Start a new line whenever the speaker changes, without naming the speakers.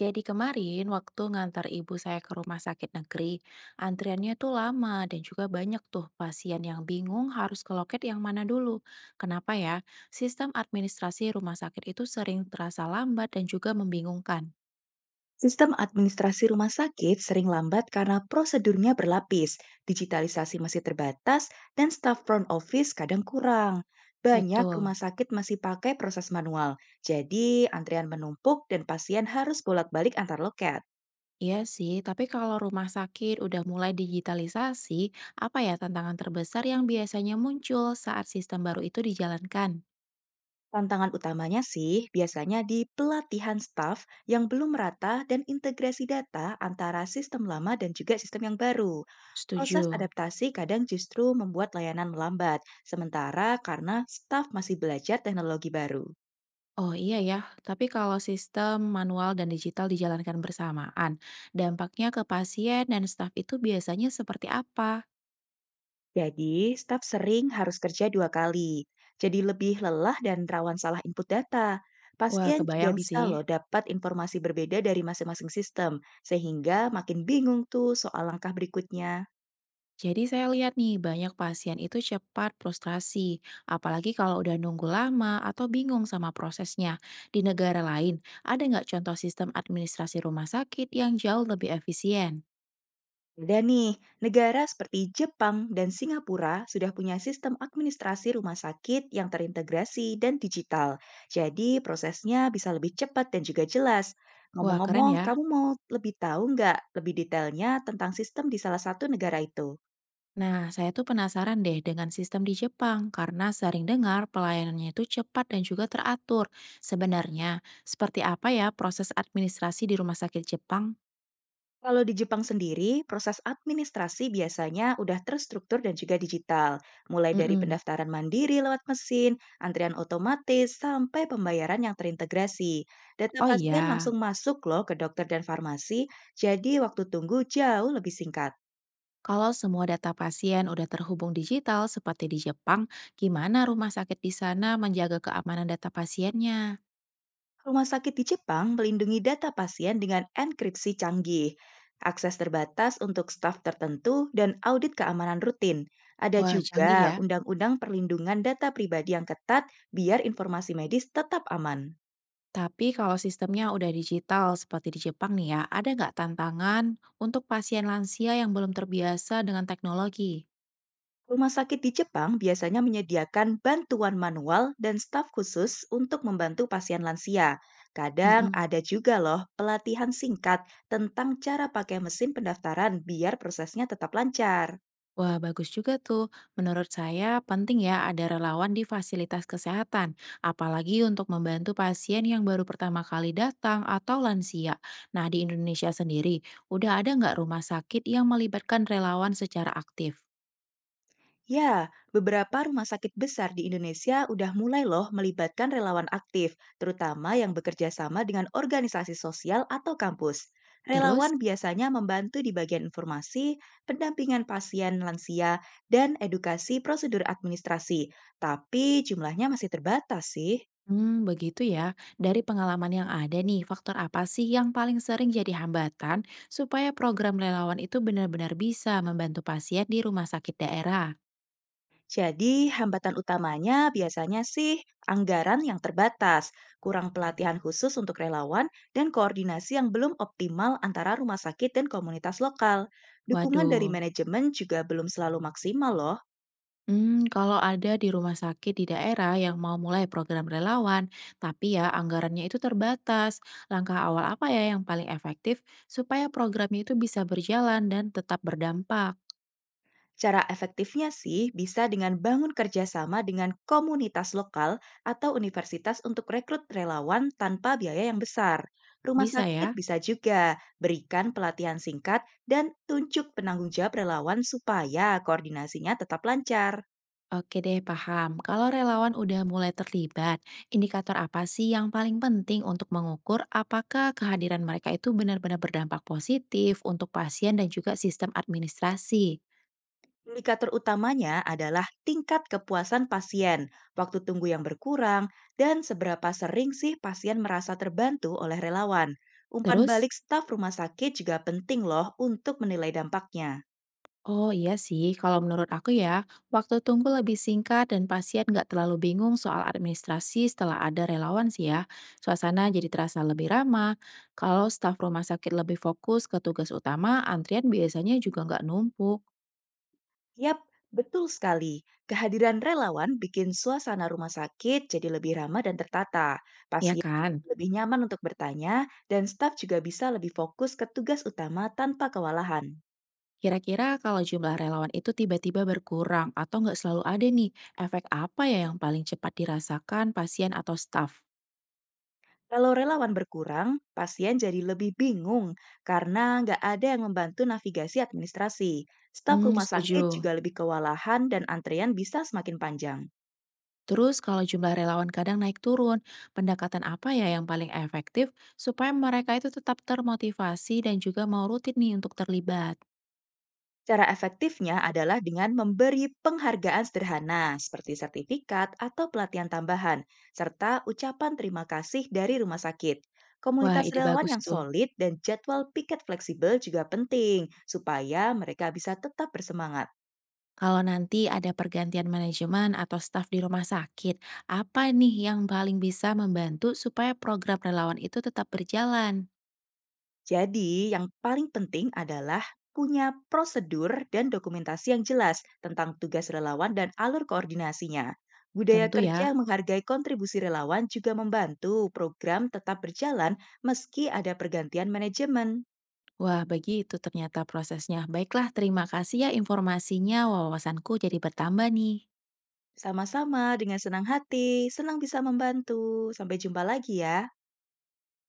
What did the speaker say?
Jadi kemarin waktu ngantar ibu saya ke rumah sakit negeri, antriannya tuh lama dan juga banyak tuh pasien yang bingung harus ke loket yang mana dulu. Kenapa ya? Sistem administrasi rumah sakit itu sering terasa lambat dan juga membingungkan.
Sistem administrasi rumah sakit sering lambat karena prosedurnya berlapis, digitalisasi masih terbatas, dan staf front office kadang kurang. Banyak
Betul.
rumah sakit masih pakai proses manual, jadi antrean menumpuk dan pasien harus bolak-balik antar loket.
Iya sih, tapi kalau rumah sakit udah mulai digitalisasi, apa ya tantangan terbesar yang biasanya muncul saat sistem baru itu dijalankan?
Tantangan utamanya sih biasanya di pelatihan staff yang belum merata dan integrasi data antara sistem lama dan juga sistem yang baru. Proses
Setuju.
adaptasi kadang justru membuat layanan melambat, sementara karena staff masih belajar teknologi baru.
Oh iya ya, tapi kalau sistem manual dan digital dijalankan bersamaan, dampaknya ke pasien dan staf itu biasanya seperti apa?
Jadi, staff sering harus kerja dua kali, jadi lebih lelah dan rawan salah input data.
Wah,
Pasien juga
kebayang
bisa
sih.
loh dapat informasi berbeda dari masing-masing sistem, sehingga makin bingung tuh soal langkah berikutnya.
Jadi saya lihat nih, banyak pasien itu cepat frustrasi, apalagi kalau udah nunggu lama atau bingung sama prosesnya. Di negara lain, ada nggak contoh sistem administrasi rumah sakit yang jauh lebih efisien?
Ada nih, negara seperti Jepang dan Singapura sudah punya sistem administrasi rumah sakit yang terintegrasi dan digital. Jadi prosesnya bisa lebih cepat dan juga jelas.
Wah, keren
Ngomong-ngomong,
ya.
kamu mau lebih tahu nggak lebih detailnya tentang sistem di salah satu negara itu?
Nah, saya tuh penasaran deh dengan sistem di Jepang karena sering dengar pelayanannya itu cepat dan juga teratur. Sebenarnya, seperti apa ya proses administrasi di rumah sakit Jepang?
Kalau di Jepang sendiri, proses administrasi biasanya udah terstruktur dan juga digital, mulai dari
Mm-mm.
pendaftaran mandiri lewat mesin, antrian otomatis, sampai pembayaran yang terintegrasi. Data
Oh
pasien
iya,
langsung masuk loh ke dokter dan farmasi, jadi waktu tunggu jauh lebih singkat.
kalau semua data pasien udah terhubung digital seperti di Jepang, gimana rumah sakit di sana menjaga keamanan data pasiennya?
Rumah sakit di Jepang melindungi data pasien dengan enkripsi canggih, akses terbatas untuk staf tertentu, dan audit keamanan rutin. Ada
Wah,
juga
canggih ya.
undang-undang perlindungan data pribadi yang ketat biar informasi medis tetap aman.
Tapi kalau sistemnya udah digital seperti di Jepang nih ya, ada nggak tantangan untuk pasien lansia yang belum terbiasa dengan teknologi?
Rumah sakit di Jepang biasanya menyediakan bantuan manual dan staf khusus untuk membantu pasien lansia. Kadang
Mhm.
ada juga loh pelatihan singkat tentang cara pakai mesin pendaftaran biar prosesnya tetap lancar.
Wah, bagus juga tuh. Menurut saya, penting ya ada relawan di fasilitas kesehatan, apalagi untuk membantu pasien yang baru pertama kali datang atau lansia. Nah, di Indonesia sendiri, udah ada nggak rumah sakit yang melibatkan relawan secara aktif?
Ya, beberapa rumah sakit besar di Indonesia udah mulai loh melibatkan relawan aktif, terutama yang bekerja sama dengan organisasi sosial atau kampus. Relawan
Terus,
biasanya membantu di bagian informasi, pendampingan pasien lansia, dan edukasi prosedur administrasi, tapi jumlahnya masih terbatas sih.
hmm, begitu ya. Dari pengalaman yang ada nih, faktor apa sih yang paling sering jadi hambatan supaya program relawan itu benar-benar bisa membantu pasien di rumah sakit daerah?
Jadi, hambatan utamanya biasanya sih anggaran yang terbatas, kurang pelatihan khusus untuk relawan, dan koordinasi yang belum optimal antara rumah sakit dan komunitas lokal. Dukungan dari
Waduh.
manajemen juga belum selalu maksimal loh.
Hmm, kalau ada di rumah sakit di daerah yang mau mulai program relawan, tapi ya anggarannya itu terbatas. Langkah awal apa ya yang paling efektif supaya programnya itu bisa berjalan dan tetap berdampak?
Cara efektifnya sih bisa dengan bangun kerjasama dengan komunitas lokal atau universitas untuk rekrut relawan tanpa biaya yang besar. Rumah
Bisa
sakit
ya?
bisa juga berikan pelatihan singkat dan tunjuk penanggung jawab relawan supaya koordinasinya tetap lancar.
Oke deh, paham. Kalau relawan udah mulai terlibat, indikator apa sih yang paling penting untuk mengukur apakah kehadiran mereka itu benar-benar berdampak positif untuk pasien dan juga sistem administrasi?
Indikator utamanya adalah tingkat kepuasan pasien, waktu tunggu yang berkurang, dan seberapa sering sih pasien merasa terbantu oleh relawan. Umpan
Terus?
balik staf rumah sakit juga penting loh untuk menilai dampaknya.
Oh iya sih, kalau menurut aku ya, waktu tunggu lebih singkat dan pasien nggak terlalu bingung soal administrasi setelah ada relawan sih ya. Suasana jadi terasa lebih ramah. Kalau staf rumah sakit lebih fokus ke tugas utama, antrian biasanya juga nggak numpuk,
Yap, betul sekali. Kehadiran relawan bikin suasana rumah sakit jadi lebih ramah dan tertata.
ya
Pasien
kan?
lebih nyaman untuk bertanya, dan staf juga bisa lebih fokus ke tugas utama tanpa kewalahan.
Kira-kira kalau jumlah relawan itu tiba-tiba berkurang atau nggak selalu ada nih, efek apa ya yang paling cepat dirasakan pasien atau staf?
Kalau relawan berkurang, pasien jadi lebih bingung karena nggak ada yang membantu navigasi administrasi. Staf
Hmm,
rumah sakit
setuju.
juga lebih kewalahan dan antrean bisa semakin panjang.
Terus kalau jumlah relawan kadang naik turun, pendekatan apa ya yang paling efektif supaya mereka itu tetap termotivasi dan juga mau rutin nih untuk terlibat?
Cara efektifnya adalah dengan memberi penghargaan sederhana seperti sertifikat atau pelatihan tambahan, serta ucapan terima kasih dari rumah sakit.
Wah,
Komunitas
ide
relawan
bagus
yang
tuh.
solid dan jadwal piket fleksibel juga penting supaya mereka bisa tetap bersemangat.
Kalau nanti ada pergantian manajemen atau staf di rumah sakit, apa nih yang paling bisa membantu supaya program relawan itu tetap berjalan?
Jadi, yang paling penting adalah punya prosedur dan dokumentasi yang jelas tentang tugas relawan dan alur koordinasinya. Budaya
Tentu
kerja yang
ya.
menghargai kontribusi relawan juga membantu program tetap berjalan meski ada pergantian manajemen.
Wah, begitu ternyata prosesnya. Baiklah, terima kasih ya informasinya. Wawasanku jadi bertambah nih.
Sama-sama dengan senang hati, senang bisa membantu. Sampai jumpa lagi ya.